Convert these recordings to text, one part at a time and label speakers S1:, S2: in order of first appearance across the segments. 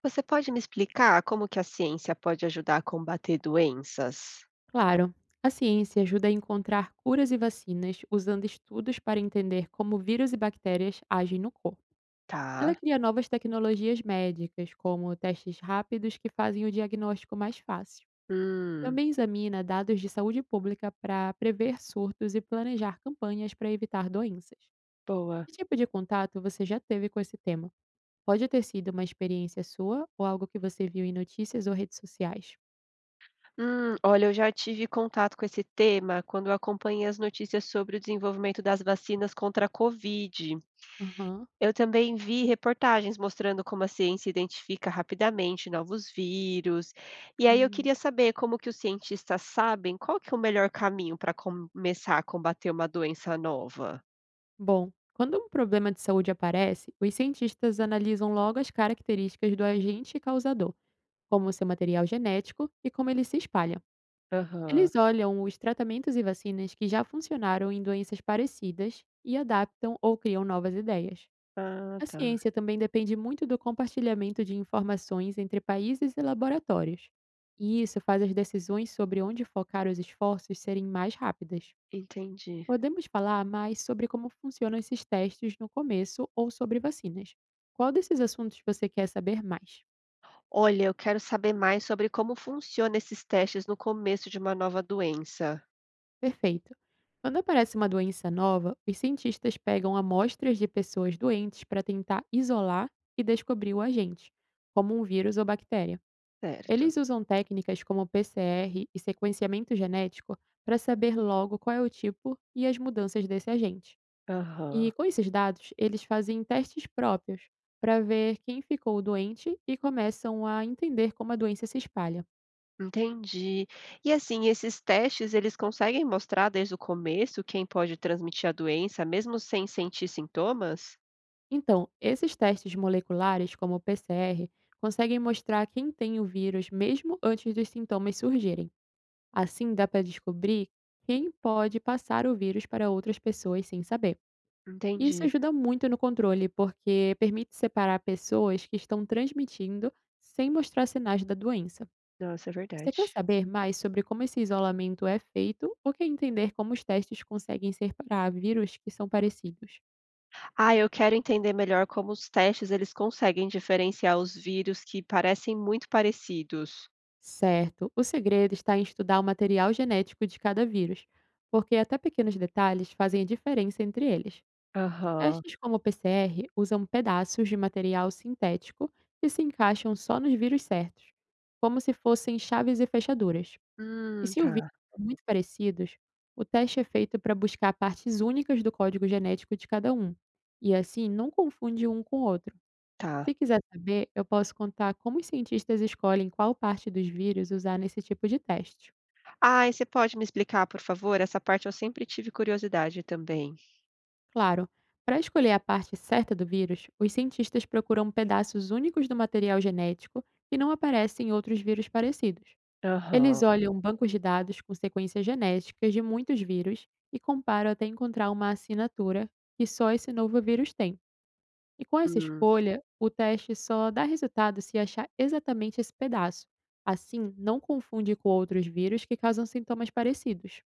S1: Você pode me explicar como que a ciência pode ajudar a combater doenças?
S2: Claro, a ciência ajuda a encontrar curas e vacinas usando estudos para entender como vírus e bactérias agem no corpo. Ela
S1: Tá.
S2: cria novas tecnologias médicas, como testes rápidos que fazem o diagnóstico mais fácil.
S1: Hum,
S2: Também examina dados de saúde pública para prever surtos e planejar campanhas para evitar doenças.
S1: boa.
S2: Que tipo de contato você já teve com esse tema? Pode ter sido uma experiência sua ou algo que você viu em notícias ou redes sociais?
S1: Olha, eu já tive contato com esse tema quando eu acompanhei as notícias sobre o desenvolvimento das vacinas contra a Covid.
S2: Aham.
S1: Eu também vi reportagens mostrando como a ciência identifica rapidamente novos vírus. E aí eu
S2: Hum.
S1: queria saber como que os cientistas sabem qual que é o melhor caminho para começar a combater uma doença nova.
S2: Bom, quando um problema de saúde aparece, os cientistas analisam logo as características do agente causador, como seu material genético e como ele se espalha.
S1: Aham.
S2: Eles olham os tratamentos e vacinas que já funcionaram em doenças parecidas e adaptam ou criam novas ideias.
S1: Ah,
S2: A
S1: tá.
S2: ciência também depende muito do compartilhamento de informações entre países e laboratórios. E isso faz as decisões sobre onde focar os esforços serem mais rápidas.
S1: Entendi.
S2: Podemos falar mais sobre como funcionam esses testes no começo ou sobre vacinas. Qual desses assuntos você quer saber mais?
S1: Olha, eu quero saber mais sobre como funcionam esses testes no começo de uma nova doença.
S2: Perfeito. Quando aparece uma doença nova, os cientistas pegam amostras de pessoas doentes para tentar isolar e descobrir o agente, como um vírus ou bactéria.
S1: Certo.
S2: Eles usam técnicas como PCR e sequenciamento genético para saber logo qual é o tipo e as mudanças desse agente.
S1: Aham.
S2: E com esses dados, eles fazem testes próprios para ver quem ficou doente e começam a entender como a doença se espalha.
S1: Entendi. E assim, esses testes, eles conseguem mostrar desde o começo quem pode transmitir a doença, mesmo sem sentir sintomas?
S2: Então, esses testes moleculares, como o PCR, conseguem mostrar quem tem o vírus mesmo antes dos sintomas surgirem. Assim, dá para descobrir quem pode passar o vírus para outras pessoas sem saber. Isso
S1: Entendi.
S2: ajuda muito no controle, porque permite separar pessoas que estão transmitindo sem mostrar sinais da doença.
S1: Nossa, é
S2: Você quer
S1: verdade.
S2: saber mais sobre como esse isolamento é feito ou quer entender como os testes conseguem separar vírus que são parecidos?
S1: Ah, eu quero entender melhor como os testes, eles conseguem diferenciar os vírus que parecem muito parecidos.
S2: Certo, o segredo está em estudar o material genético de cada vírus, porque até pequenos detalhes fazem a diferença entre eles.
S1: Aham.
S2: Testes como o PCR usam pedaços de material sintético que se encaixam só nos vírus certos, como se fossem chaves e fechaduras. E se o vírus
S1: Tá.
S2: são muito parecidos, o teste é feito para buscar partes únicas do código genético de cada um, e assim não confunde um com o outro. Se
S1: Tá.
S2: quiser saber, eu posso contar como os cientistas escolhem qual parte dos vírus usar nesse tipo de teste.
S1: Ai, você pode me explicar, por favor? Essa parte eu sempre tive curiosidade também.
S2: Claro, para escolher a parte certa do vírus, os cientistas procuram pedaços únicos do material genético que não aparecem em outros vírus parecidos. Eles
S1: Aham.
S2: olham bancos de dados com sequências genéticas de muitos vírus e comparam até encontrar uma assinatura que só esse novo vírus tem. E com essa
S1: Hum,
S2: escolha, o teste só dá resultado se achar exatamente esse pedaço. Assim, não confunde com outros vírus que causam sintomas parecidos.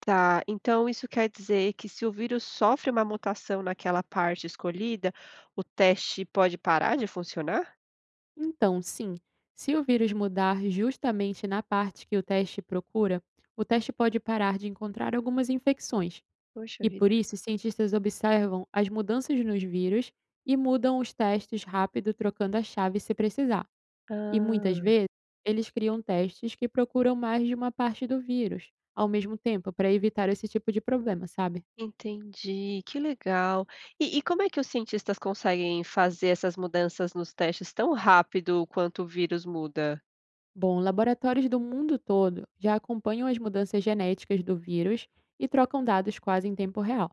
S1: tá. Então isso quer dizer que se o vírus sofre uma mutação naquela parte escolhida, o teste pode parar de funcionar?
S2: Então, sim, se o vírus mudar justamente na parte que o teste procura, o teste pode parar de encontrar algumas infecções.
S1: Poxa
S2: E por
S1: vida.
S2: isso, os cientistas observam as mudanças nos vírus e mudam os testes rápido, trocando a chave se precisar. E muitas
S1: Ah.
S2: vezes, eles criam testes que procuram mais de uma parte do vírus ao mesmo tempo para evitar esse tipo de problema, sabe?
S1: Entendi, que legal. E como é que os cientistas conseguem fazer essas mudanças nos testes tão rápido quanto o vírus muda?
S2: Bom, laboratórios do mundo todo já acompanham as mudanças genéticas do vírus e trocam dados quase em tempo real.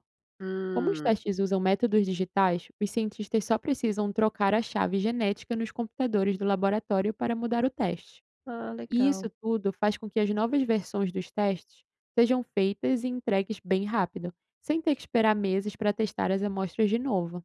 S2: Como os
S1: Hum,
S2: testes usam métodos digitais, os cientistas só precisam trocar a chave genética nos computadores do laboratório para mudar o teste.
S1: ah,
S2: E
S1: legal.
S2: isso tudo faz com que as novas versões dos testes sejam feitas e entregues bem rápido, sem ter que esperar meses para testar as amostras de novo.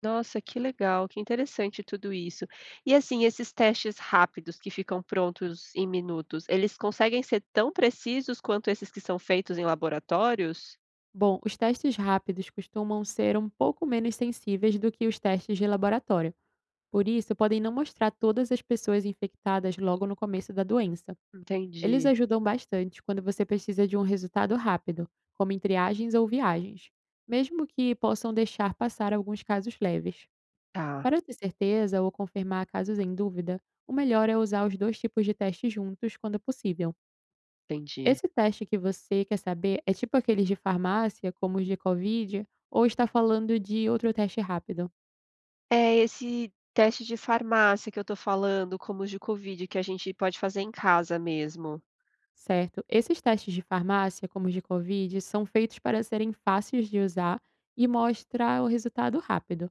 S1: Nossa, que legal, que interessante tudo isso. E assim, esses testes rápidos que ficam prontos em minutos, eles conseguem ser tão precisos quanto esses que são feitos em laboratórios?
S2: Bom, os testes rápidos costumam ser um pouco menos sensíveis do que os testes de laboratório. Por isso, podem não mostrar todas as pessoas infectadas logo no começo da doença. Eles
S1: Entendi.
S2: ajudam bastante quando você precisa de um resultado rápido, como em triagens ou viagens, mesmo que possam deixar passar alguns casos leves.
S1: Tá,
S2: Para ter certeza ou confirmar casos em dúvida, o melhor é usar os dois tipos de teste juntos quando possível.
S1: entendi.
S2: Esse teste que você quer saber é tipo aqueles de farmácia, como os de Covid, ou está falando de outro teste rápido?
S1: É esse teste de farmácia que eu tô falando, como os de Covid, que a gente pode fazer em casa mesmo.
S2: Certo, esses testes de farmácia, como os de Covid, são feitos para serem fáceis de usar e mostrar o resultado rápido.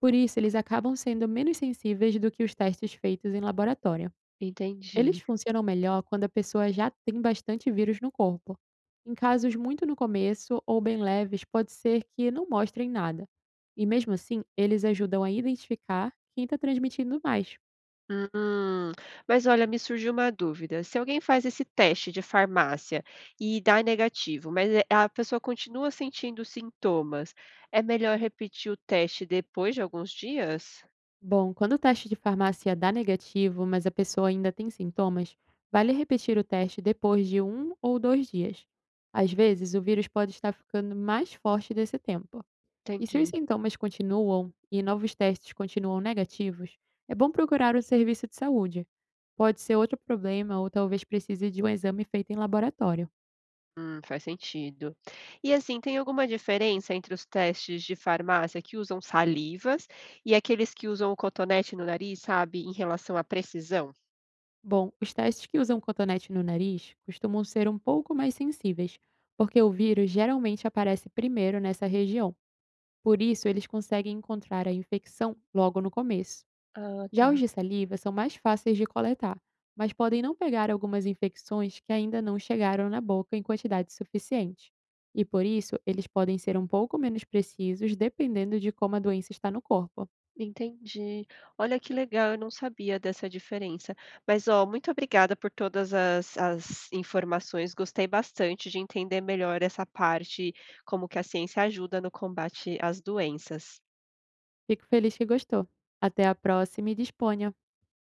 S2: Por isso, eles acabam sendo menos sensíveis do que os testes feitos em laboratório. Eles
S1: Entendi.
S2: funcionam melhor quando a pessoa já tem bastante vírus no corpo. Em casos muito no começo ou bem leves, pode ser que não mostrem nada. E mesmo assim, eles ajudam a identificar quem está transmitindo mais.
S1: Hum, mas olha, me surgiu uma dúvida. Se alguém faz esse teste de farmácia e dá negativo, mas a pessoa continua sentindo sintomas, é melhor repetir o teste depois de alguns dias?
S2: Bom, quando o teste de farmácia dá negativo, mas a pessoa ainda tem sintomas, vale repetir o teste depois de um ou dois dias. Às vezes, o vírus pode estar ficando mais forte desse tempo. E se os
S1: Entendi.
S2: sintomas continuam e novos testes continuam negativos, é bom procurar o serviço de saúde. Pode ser outro problema ou talvez precise de um exame feito em laboratório.
S1: Faz sentido. E assim, tem alguma diferença entre os testes de farmácia que usam salivas e aqueles que usam o cotonete no nariz, sabe, em relação à precisão?
S2: Bom, os testes que usam cotonete no nariz costumam ser um pouco mais sensíveis, porque o vírus geralmente aparece primeiro nessa região. Por isso, eles conseguem encontrar a infecção logo no começo.
S1: Ah,
S2: Já os
S1: tá.
S2: de saliva são mais fáceis de coletar, mas podem não pegar algumas infecções que ainda não chegaram na boca em quantidade suficiente. E por isso, eles podem ser um pouco menos precisos dependendo de como a doença está no corpo.
S1: Entendi. Olha que legal, eu não sabia dessa diferença. Mas, ó, muito obrigada por todas as informações. Gostei bastante de entender melhor essa parte, como que a ciência ajuda no combate às doenças.
S2: Fico feliz que gostou. Até a próxima e disponha!